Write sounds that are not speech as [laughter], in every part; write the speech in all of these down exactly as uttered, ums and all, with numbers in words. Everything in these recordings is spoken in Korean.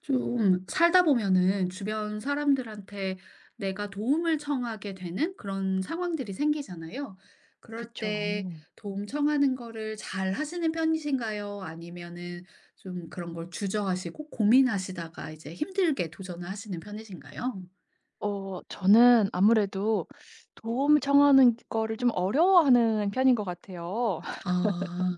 좀 살다 보면은 주변 사람들한테 내가 도움을 청하게 되는 그런 상황들이 생기잖아요. 그럴 그쵸. 때 도움 청하는 거를 잘 하시는 편이신가요? 아니면은 좀 그런 걸 주저하시고 고민하시다가 이제 힘들게 도전을 하시는 편이신가요? 어 저는 아무래도 도움 청하는 거를 좀 어려워하는 편인 것 같아요. [laughs] 아.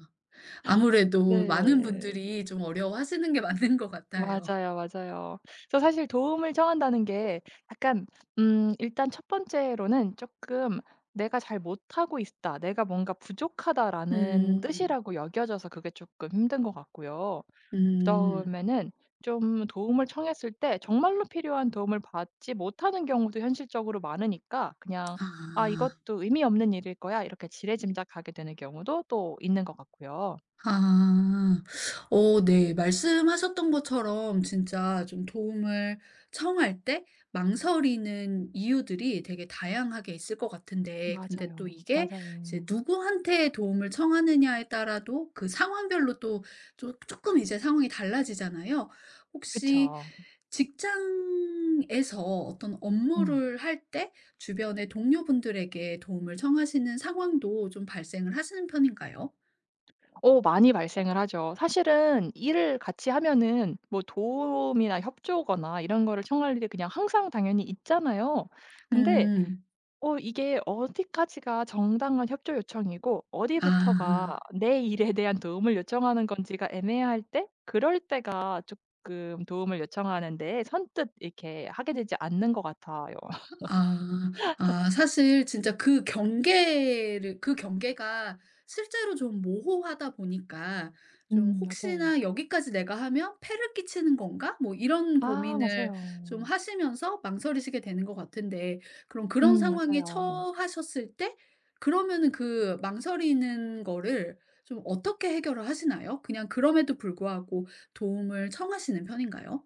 아무래도 많은 네. 분들이 좀 어려워하시는 게 맞는 것 같아요. 맞아요, 맞아요. 그래서 사실 도움을 청한다는 게 약간 음 일단 첫 번째로는 조금 '내가 잘 못하고 있다. 내가 뭔가 부족하다.'라는 음. 뜻이라고 여겨져서 그게 조금 힘든 것 같고요. 음. 그다음에는 좀 도움을 청했을 때 정말로 필요한 도움을 받지 못하는 경우도 현실적으로 많으니까 그냥 '아 아. 이것도 의미 없는 일일 거야.' 이렇게 지레짐작하게 되는 경우도 또 있는 것 같고요. 아, 어, 네. 말씀하셨던 것처럼 진짜 좀 도움을 청할 때 망설이는 이유들이 되게 다양하게 있을 것 같은데, 근데 또 맞아요. 이게 이제 맞아요. 누구한테 도움을 청하느냐에 따라도 그 상황별로 또 조- 조금 이제 상황이 달라지잖아요. 혹시 그쵸. 직장에서 어떤 음. 업무를 할 때 주변의 동료분들에게 도움을 청하시는 상황도 좀 발생을 하시는 편인가요? 어 많이 발생을 하죠. 사실은 일을 같이 하면은 뭐 도움이나 협조거나 이런 거를 청할 일이 그냥 항상 당연히 있잖아요. 근데 음. 어 이게 어디까지가 정당한 협조 요청이고 어디부터가 아. 내 일에 대한 도움을 요청하는 건지가 애매할 때 그럴 때가 조금 도움을 요청하는 데 선뜻 이렇게 하게 되지 않는 것 같아요. [laughs] 아. 아 사실 진짜 그 경계를 그 경계가 실제로 좀 모호하다 보니까 좀 음 맞아요. '혹시나 여기까지 내가 하면 폐를 끼치는 건가?' 뭐 이런 아 고민을 좀 맞아요. 하시면서 망설이시게 되는 것 같은데 그럼 그런 음 상황에 맞아요. 처하셨을 때 그러면은 그 망설이는 거를 좀 어떻게 해결을 하시나요? 그냥 그럼에도 불구하고 도움을 청하시는 편인가요?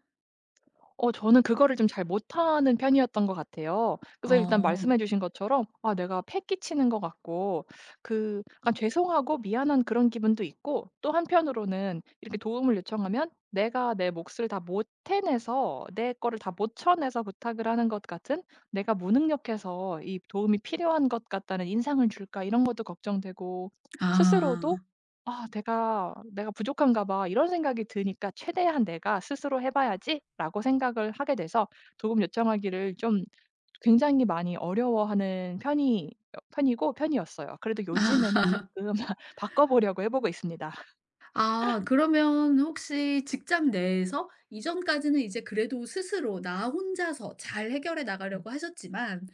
어 저는 그거를 좀 잘 못하는 편이었던 것 같아요. 그래서 일단 어. 말씀해 주신 것처럼, 아 내가 패 끼치는 것 같고 그 약간 죄송하고 미안한 그런 기분도 있고, 또 한편으로는 이렇게 도움을 요청하면 내가 내 몫을 다 못 해내서, 내 거를 다 못 쳐내서 부탁을 하는 것 같은, 내가 무능력해서 이 도움이 필요한 것 같다는 인상을 줄까, 이런 것도 걱정되고 스스로도 아. '아 내가 내가 부족한가 봐.' 이런 생각이 드니까 '최대한 내가 스스로 해 봐야지.'라고 생각을 하게 돼서 도움 요청하기를 좀 굉장히 많이 어려워하는 편이 어 편이고 편이었어요. 그래도 요즘에는 쪼끔 바꿔 보려고 해 보고 [laughs] 있습니다. 아 그러면 혹시 직장 내에서 이전까지는 이제 그래도 스스로 나 혼자서 잘 해결해 나가려고 하셨지만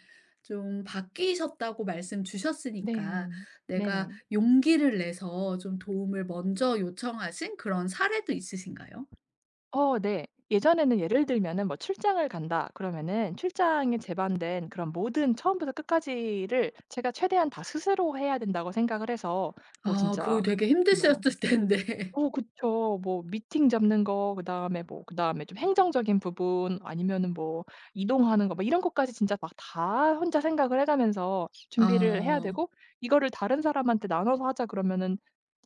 좀 바뀌셨다고 말씀 주셨으니까 네. 내가 네네. 용기를 내서 좀 도움을 먼저 요청하신 그런 사례도 있으신가요? 어 네. 예전에는 예를 들면은 뭐 "출장을 간다." 그러면은 출장에 제반된 그런 모든 처음부터 끝까지를 제가 최대한 다 스스로 해야 된다고 생각을 해서 뭐 아 그거 진짜 되게 뭐 힘드셨을 텐데. 어 [laughs] 그쵸. 뭐 미팅 잡는 거, 그다음에 뭐 그다음에 좀 행정적인 부분, 아니면은 뭐 이동하는 거, 막 이런 것까지 진짜 막 다 혼자 생각을 해 가면서 준비를 해야 아. 되고, 이거를 다른 사람한테 나눠서 하자 그러면은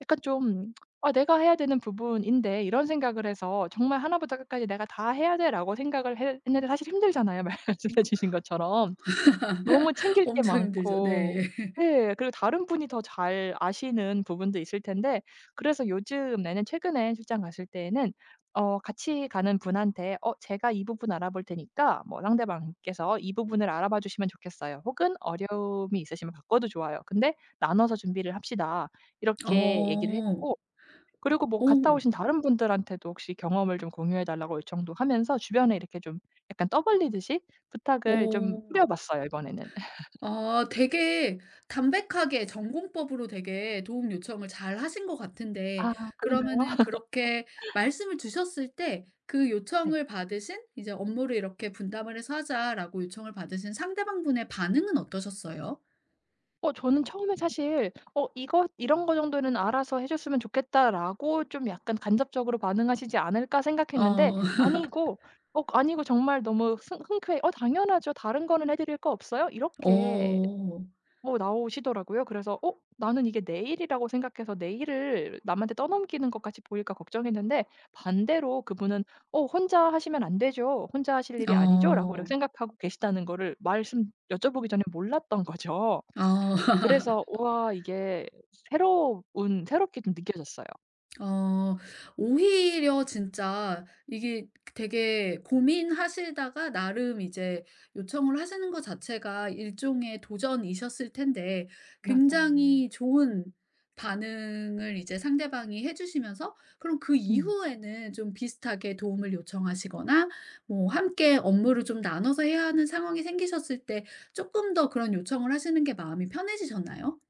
약간 좀 '아 내가 해야 되는 부분인데.' 이런 생각을 해서 '정말 하나부터 끝까지 내가 다 해야 돼.'라고 생각을 해 했는데 사실 힘들잖아요 [laughs] 말씀해 주신 것처럼. 너무 [laughs] 챙길 게 엄청 힘들죠. 많고. 네. 네. 그리고 다른 분이 더 잘 아시는 부분도 있을 텐데, 그래서 요즘 나는 최근에 출장 갔을 때에는 어 같이 가는 분한테 "어 제가 이 부분 알아볼 테니까 뭐 상대방께서 이 부분을 알아봐 주시면 좋겠어요." 혹은 "어려움이 있으시면 바꿔도 좋아요. 근데 나눠서 준비를 합시다." 이렇게 얘기를 어. 했고, 그리고 뭐 갔다 오. 오신 다른 분들한테도 혹시 경험을 좀 공유해 달라고 요청도 하면서 주변에 이렇게 좀 약간 떠벌리듯이 부탁을 좀 뿌려 오. 봤어요, 이번에는. 아 되게 담백하게 전공법으로 되게 도움 요청을 잘 하신 것 같은데 아 그런가요? 그러면은 [laughs] 그렇게 말씀을 주셨을 때 그 네. 요청을 받으신 이제 "업무를 이렇게 분담을 해서 하자."라고 요청을 받으신 상대방분의 반응은 어떠셨어요? 어 저는 처음에 사실 '어 이것 이런 거 정도는 알아서 해 줬으면 좋겠다.'라고 좀 약간 간접적으로 반응하시지 않을까 생각했는데, 어. [laughs] 아니고 어 아니고 정말 너무 승 흔쾌히 "어 당연하죠. 다른 거는 해 드릴 거 없어요?" 이렇게 어. 어 나오시더라고요. 그래서 '어 나는 이게 내 일이라고 생각해서 내 일을 남한테 떠넘기는 것 같이 보일까.' 걱정했는데 반대로 그분은 '어 혼자 하시면 안 되죠. 혼자 하실 어. 일이 아니죠.'라고 이렇게 어. 생각하고 계시다는 거를 말씀 여쭤보기 전에 몰랐던 거죠. [laughs] 그래서 우와 이게 새로운 새롭게 좀 느껴졌어요. 어 오히려 진짜 이게 되게 고민하시다가 나름 이제 요청을 하시는 것 자체가 일종의 도전이셨을 텐데 맞아요. 굉장히 좋은 반응을 이제 상대방이 해 주시면서 그럼 그 음. 이후에는 좀 비슷하게 도움을 요청하시거나 뭐 함께 업무를 좀 나눠서 해야 하는 상황이 생기셨을 때 조금 더 그런 요청을 하시는 게 마음이 편해지셨나요?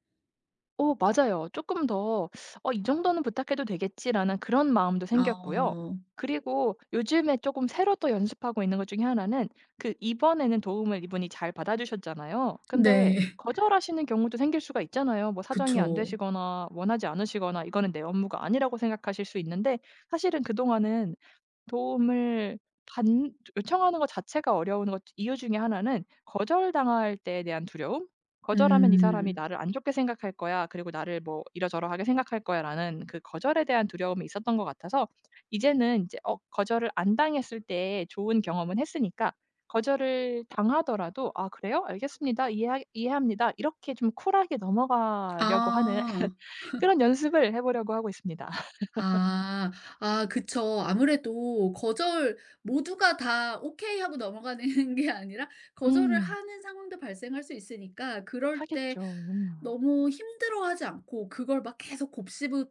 어 맞아요. 조금 더 '어 이 정도는 부탁해도 되겠지.'라는 그런 마음도 생겼고요. 아 그리고 요즘에 조금 새로 또 연습하고 있는 것 중에 하나는 그 이번에는 도움을 이분이 잘 받아주셨잖아요. 근데 네. [laughs] 거절하시는 경우도 생길 수가 있잖아요. 뭐 사정이 안 그쵸. 되시거나 원하지 않으시거나 이거는 내 업무가 아니라고 생각하실 수 있는데, 사실은 그동안은 도움을 받 요청하는 것 자체가 어려운 것 이유 중에 하나는 거절당할 때에 대한 두려움. '거절하면 이 사람이 음. 나를 안 좋게 생각할 거야. 그리고 나를 뭐 이러저러하게 생각할 거야.'라는 그 거절에 대한 두려움이 있었던 것 같아서 이제는 인제 어 거절을 안 당했을 때 좋은 경험은 했으니까 거절을 당하더라도 '아 그래요? 알겠습니다. 이해하 이해합니다.' 이렇게 좀 쿨하게 넘어가려고 하는 [laughs] 아. 그런 연습을 해 보려고 하고 있습니다. 아. 아 그쵸. 아무래도 거절 모두가 다 "오케이." 하고 넘어가는 [laughs] 게 아니라 거절을 음. 하는 상황도 발생할 수 있으니까 그럴 때 하겠죠. 음. 너무 힘들어하지 않고 그걸 막 계속 곱씹으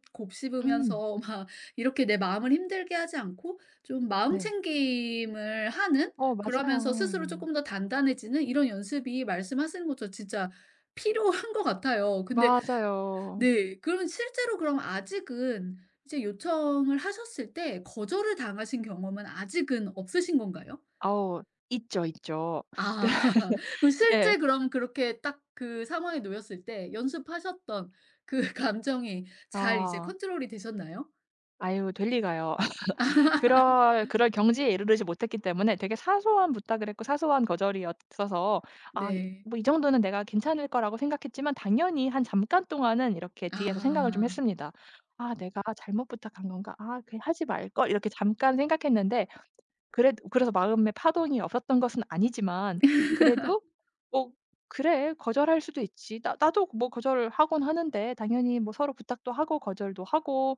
음. 곱씹으면서 막 이렇게 내 마음을 힘들게 하지 않고 좀 마음 네. 챙김을 하는 어 그러면서 스스로 맞아요. 쪼끔 더 단단해지는 이런 연습이 말씀하시는 것처럼 진짜 필요한 것 같아요. 근데 맞아요. 네. 그러면 실제로 그럼 아직은 이제 요청을 하셨을 때 거절을 당하신 경험은 아직은 없으신 건가요? 아우 있죠, 있죠. 아. [laughs] 그럼 [laughs] 네 실제 그럼 그렇게 딱 그 상황에 놓였을 때 연습하셨던 그 [laughs] 감정이 잘 이제 아. 컨트롤이 되셨나요? 아유 될 리가요. [laughs] 그럴 그럴 경지에 이르르지 못했기 때문에 되게 사소한 부탁을 했고 사소한 거절이었어서 아 이 네. 뭐 이 정도는 내가 괜찮을 거라고 생각했지만 당연히 한 잠깐 동안은 이렇게 뒤에서 생각을 좀 아. 했습니다. '아 내가 잘못 부탁한 건가? 아 그냥 하지 말걸.' 이렇게 잠깐 생각했는데, 그래 그래서 마음에 파동이 없었던 것은 아니지만, 그래도 뭐 '그래 거절할 수도 있지.' 나 나도 뭐 거절하곤 을 하는데 당연히 뭐 서로 부탁도 하고 거절도 하고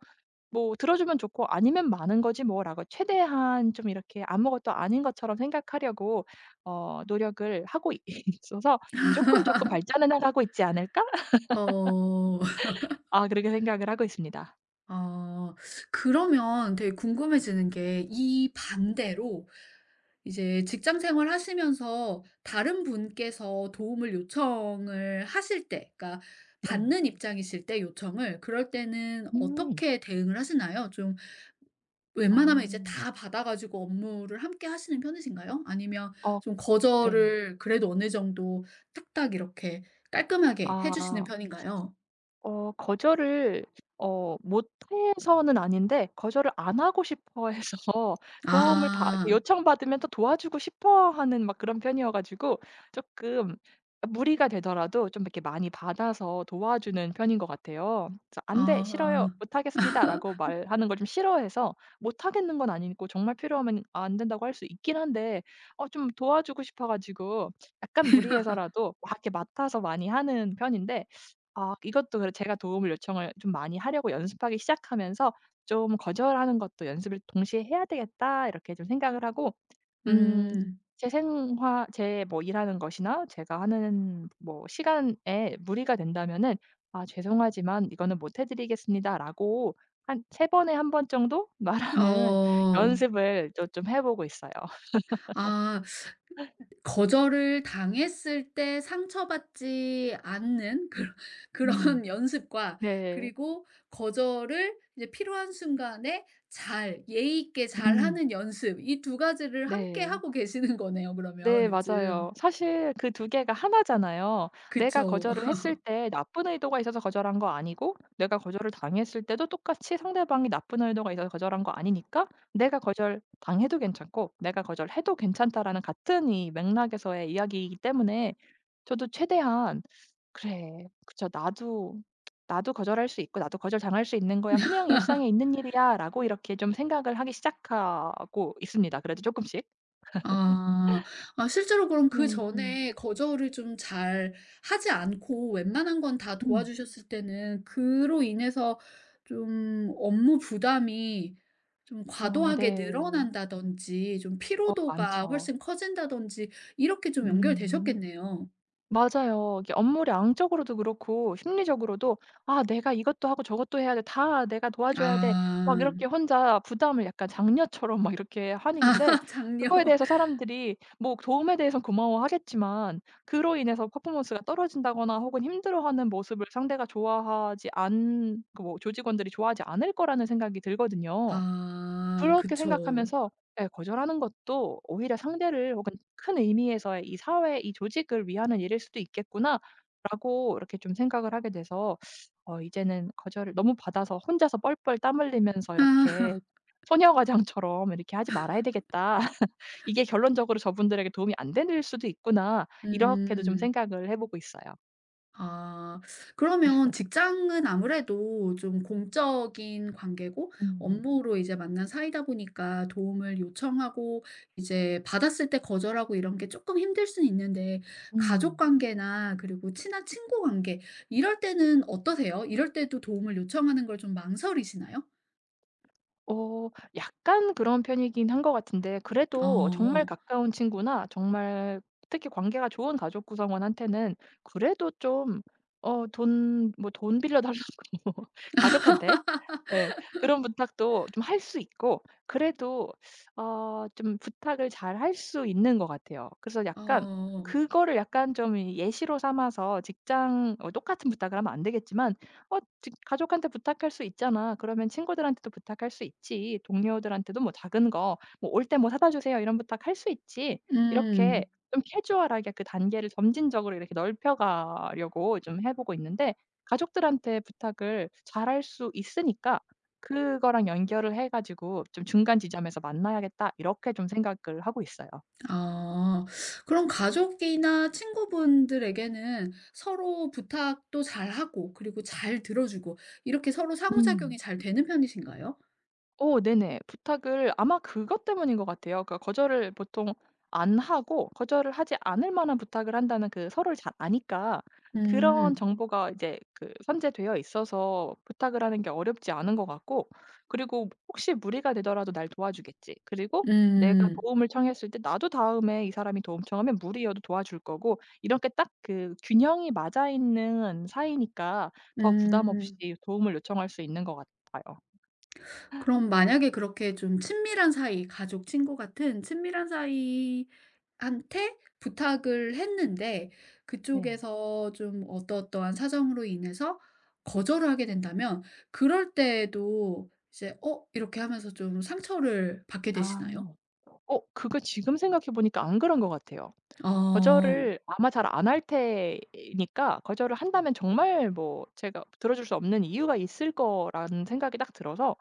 뭐 들어 주면 좋고 아니면 많은 거지 뭐라고 최대한 좀 이렇게 아무것도 아닌 것처럼 생각하려고 어 노력을 하고 있 [laughs] 있어서 '쪼끔, 쪼끔 발전해 나가고 있지 않을까?' 어. 아 그렇게 생각을 하고 있습니다. 아 그러면 되게 궁금해지는 게 이 반대로 이제 직장 생활 하시면서 다른 분께서 도움을 요청을 하실 때 그러니까 네. 받는 입장이실 때 요청을 그럴 때는 음. 어떻게 대응을 하시나요? 좀 웬만하면 이제 아. 다 받아 가지고 업무를 함께 하시는 편이신가요? 아니면 어 좀 네. 거절을 그래도 어느 정도 딱딱 이렇게 깔끔하게 해 주시는 아. 편인가요? 어 거절을 어 못해서는 아닌데 거절을 안 하고 싶어 해서 [laughs] 도움을 받 아. 요청받으면 또 도와주고 싶어 하는 막 그런 편이어 가지고 조금 무리가 되더라도 좀 이렇게 많이 받아서 도와주는 편인 것 같아요. 그래서 "안 돼. 싫어요. 아. 못 하겠습니다."라고 말하는 걸 좀 싫어해서, 못 하겠는 건 아니고 정말 필요하면 안 된다고 할 수 있긴 한데 어 좀 도와주고 싶어 가지고 약간 [laughs] 무리해서라도 막 이렇게 맡아서 많이 하는 편인데, 아 이것도 그래 제가 도움을 요청을 좀 많이 하려고 연습하기 시작하면서 좀 '거절하는 것도 연습을 동시에 해야 되겠다.' 이렇게 좀 생각을 하고 음 음. 제 생활, 제 뭐 일하는 것이나 제가 하는 뭐 시간에 무리가 된다면은 "아 죄송하지만 이거는 못해 드리겠습니다."라고 한 세 번에 한 번 정도 [laughs] 말하는 어. 연습을 또 좀 해 보고 있어요. 아. 거절을 당했을 때 상처받지 않는 그런 [laughs] 음. 그런 연습과 네. 그리고 거절을 이제 필요한 순간에 잘 예의 있게 음 잘하는 연습 이 두 가지를 함께 네. 하고 계시는 거네요 그러면 네 맞아요. 요즘. 사실 그 두 개가 하나잖아요. 내가 그쵸. 거절을 했을 때 나쁜 의도가 있어서 거절한 거 아니고, 내가 거절을 당했을 때도 똑같이 상대방이 나쁜 의도가 있어서 거절한 거 아니니까, 내가 거절당해도 괜찮고 내가 거절해도 괜찮다라는 같은 이 맥락에서의 이야기이기 때문에 저도 최대한 '그래. 그쵸. 나도 나도 거절할 수 있고 나도 거절당할 수 있는 거야. 그냥 일상에 있는 일이야.'라고 이렇게 좀 생각을 하기 시작하고 있습니다 그래도 조금씩. 아. 아 실제로 그럼 네. 네. 그전에 거절을 좀 잘 하지 않고 웬만한 건 다 음. 도와주셨을 때는 그로 인해서 좀 업무 부담이 좀 어 과도하게 네. 늘어난다든지 좀 어 피로도가 많죠. 훨씬 커진다든지 이렇게 좀 음. 연결되셨겠네요. 맞아요. 이게 업무량적으로도 그렇고 심리적으로도 '아 내가 이것도 하고 저것도 해야 돼. 다 내가 도와줘야 돼.' 막 아. 이렇게 혼자 부담을 약간 장녀처럼 막 이렇게 [laughs] 하는데, 아 장려. 그거에 대해서 사람들이 뭐 도움에 대해선 고마워하겠지만 그로 인해서 퍼포먼스가 떨어진다거나 혹은 힘들어하는 모습을 상대가 좋아하지 않 그 뭐 조직원들이 좋아하지 않을 거라는 생각이 들거든요. 아 그렇게 그쵸. 생각하면서 예 거절하는 것도 오히려 상대를 혹은 '큰 의미에서의 이 사회, 이 조직을 위하는 일일 수도 있겠구나.'라고 이렇게 좀 생각을 하게 돼서 어 이제는 거절을 너무 받아서 혼자서 뻘뻘 땀 흘리면서 아. 이렇게 '소녀 과장처럼 이렇게 하지 말아야 되겠다. [laughs] 이게 결론적으로 저분들에게 도움이 안 될 수도 있구나.' 이렇게도 좀 음. 생각을 해 보고 있어요. 아. 그러면 직장은 아무래도 좀 공적인 관계고 음. 업무로 이제 만난 사이다 보니까 도움을 요청하고 이제 받았을 때 거절하고 이런 게 조금 힘들 수는 있는데 가족 음. 관계나 그리고 친한 친구 관계 이럴 때는 어떠세요? 이럴 때도 도움을 요청하는 걸 좀 망설이시나요? 어 약간 그런 편이긴 한 것 같은데 그래도 정말 어. 가까운 친구나 정말 특히 관계가 좋은 가족 구성원한테는 그래도 좀 어 돈, 뭐 돈 빌려 달라고 [laughs] 가족한테 예 그런 부탁도 좀 할 수 있고, 그래도 어 좀 부탁을 잘 할 수 있는 것 같아요. 그래서 약간 어. 그거를 약간 좀 예시로 삼아서 직장 어 똑같은 부탁을 하면 안 되겠지만 어 지- 가족한테 부탁할 수 있잖아. 그러면 친구들한테도 부탁할 수 있지. 동료들한테도 뭐 작은 거 뭐 "올 때 뭐 사다 주세요." 이런 부탁할 수 있지. 이렇게 음. 좀 캐주얼하게 그 단계를 점진적으로 이렇게 넓혀 가려고 좀 해 보고 있는데 가족들한테 부탁을 잘할 수 있으니까 그거랑 연결을 해 가지고 좀 '중간 지점에서 만나야겠다.' 이렇게 좀 생각을 하고 있어요. 아. 그럼 가족이나 친구분들에게는 서로 부탁도 잘하고 그리고 잘 들어주고 이렇게 서로 음. 상호작용이 잘 되는 편이신가요? 어 네네. 부탁을 아마 그것 때문인 것 같아요. 그러니까 거절을 보통 안 하고, 거절을 하지 않을 만한 부탁을 한다는, 그 서로를 잘 아니까 그런 음. 정보가 이제 그 선재되어 있어서 부탁을 하는 게 어렵지 않은 것 같고, 그리고 혹시 무리가 되더라도 날 도와주겠지. 그리고 내가 음. 도움을 청했을 때 나도 다음에 이 사람이 도움 청하면 무리여도 도와줄 거고, 이렇게 딱 그 균형이 맞아 있는 사이니까 더 부담 없이 음. 도움을 요청할 수 있는 것 같아요. 그럼 만약에 그렇게 좀 친밀한 사이, 가족, 친구 같은 친밀한 사이 한테 부탁을 했는데 네. 그쪽에서 좀 어떠어떠한 사정으로 인해서 거절을 하게 된다면 그럴 때에도 이제 "어?" 이렇게 하면서 좀 상처를 받게 아. 되시나요? 어 그거 지금 생각해 보니까 안 그런 것 같아요. 어. 거절을 아마 잘 안 할 테니까 거절을 한다면 정말 뭐 제가 들어줄 수 없는 이유가 있을 거라는 생각이 딱 들어서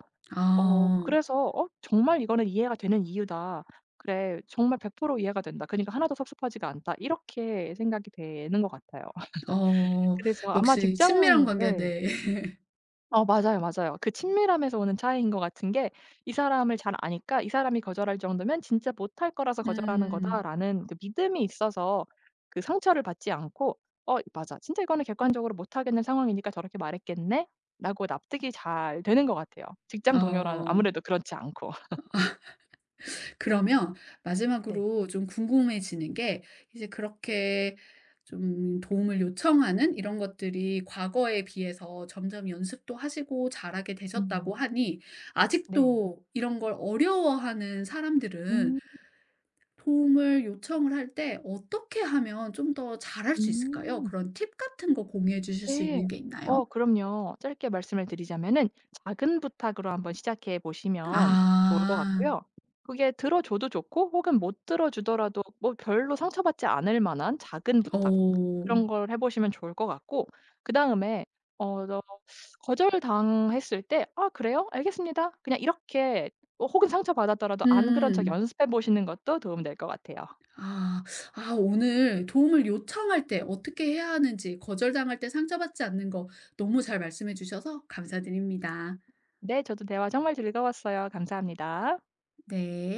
어 아. 그래서 '어 정말 이거는 이해가 되는 이유다. 그래 정말 백 퍼센트 이해가 된다. 그니까 하나도 섭섭하지가 않다.' 이렇게 생각이 되는 것 같아요. 어. [laughs] 어. 그래서 아마 역시 친밀한 직장 관계 네. 네. [laughs] 어 맞아요, 맞아요. 그 친밀함에서 오는 차이인 것 같은 게 이 사람을 잘 아니까 '이 사람이 거절할 정도면 진짜 못할 거라서 거절하는 음. 거다.'라는 그 믿음이 있어서 그 상처를 받지 않고 '어 맞아. 진짜 이거는 객관적으로 못 하겠는 상황이니까 저렇게 말했겠네.'라고 납득이 잘 되는 것 같아요. 직장 동료랑는 어. 아무래도 그렇지 않고. [laughs] 그러면 네. 마지막으로 좀 궁금해지는 게 이제 그렇게 좀 도움을 요청하는 이런 것들이 과거에 비해서 점점 연습도 하시고 잘하게 되셨다고 음. 하니 네. 아직도 이런 걸 어려워하는 사람들은 음. 도움을 요청을 할 때 어떻게 하면 좀 더 잘할 수 있을까요? 음. 그런 팁 같은 거 공유해 주실 수 네. 있는 게 어 있나요? 그럼요. 짧게 말씀을 드리자면은 작은 부탁으로 한번 시작해 보시면 좋을 것 아. 같고요. 그게 들어줘도 좋고 혹은 못 들어주더라도 뭐 별로 상처받지 않을 만한 작은 부탁, 어. 그런 걸 해 보시면 좋을 것 같고, 그다음에 어 너 거절당했을 때 "아 그래요? 알겠습니다." 그냥 이렇게 뭐 혹은 상처받았더라도 안 그런 척 음. 연습해 보시는 것도 도움될 것 같아요. 아. 아 오늘 도움을 요청할 때 어떻게 해야 하는지, 거절당할 때 상처받지 않는 거 너무 잘 말씀해 주셔서 감사드립니다. "네. 저도 대화 정말 즐거웠어요. 감사합니다." 네.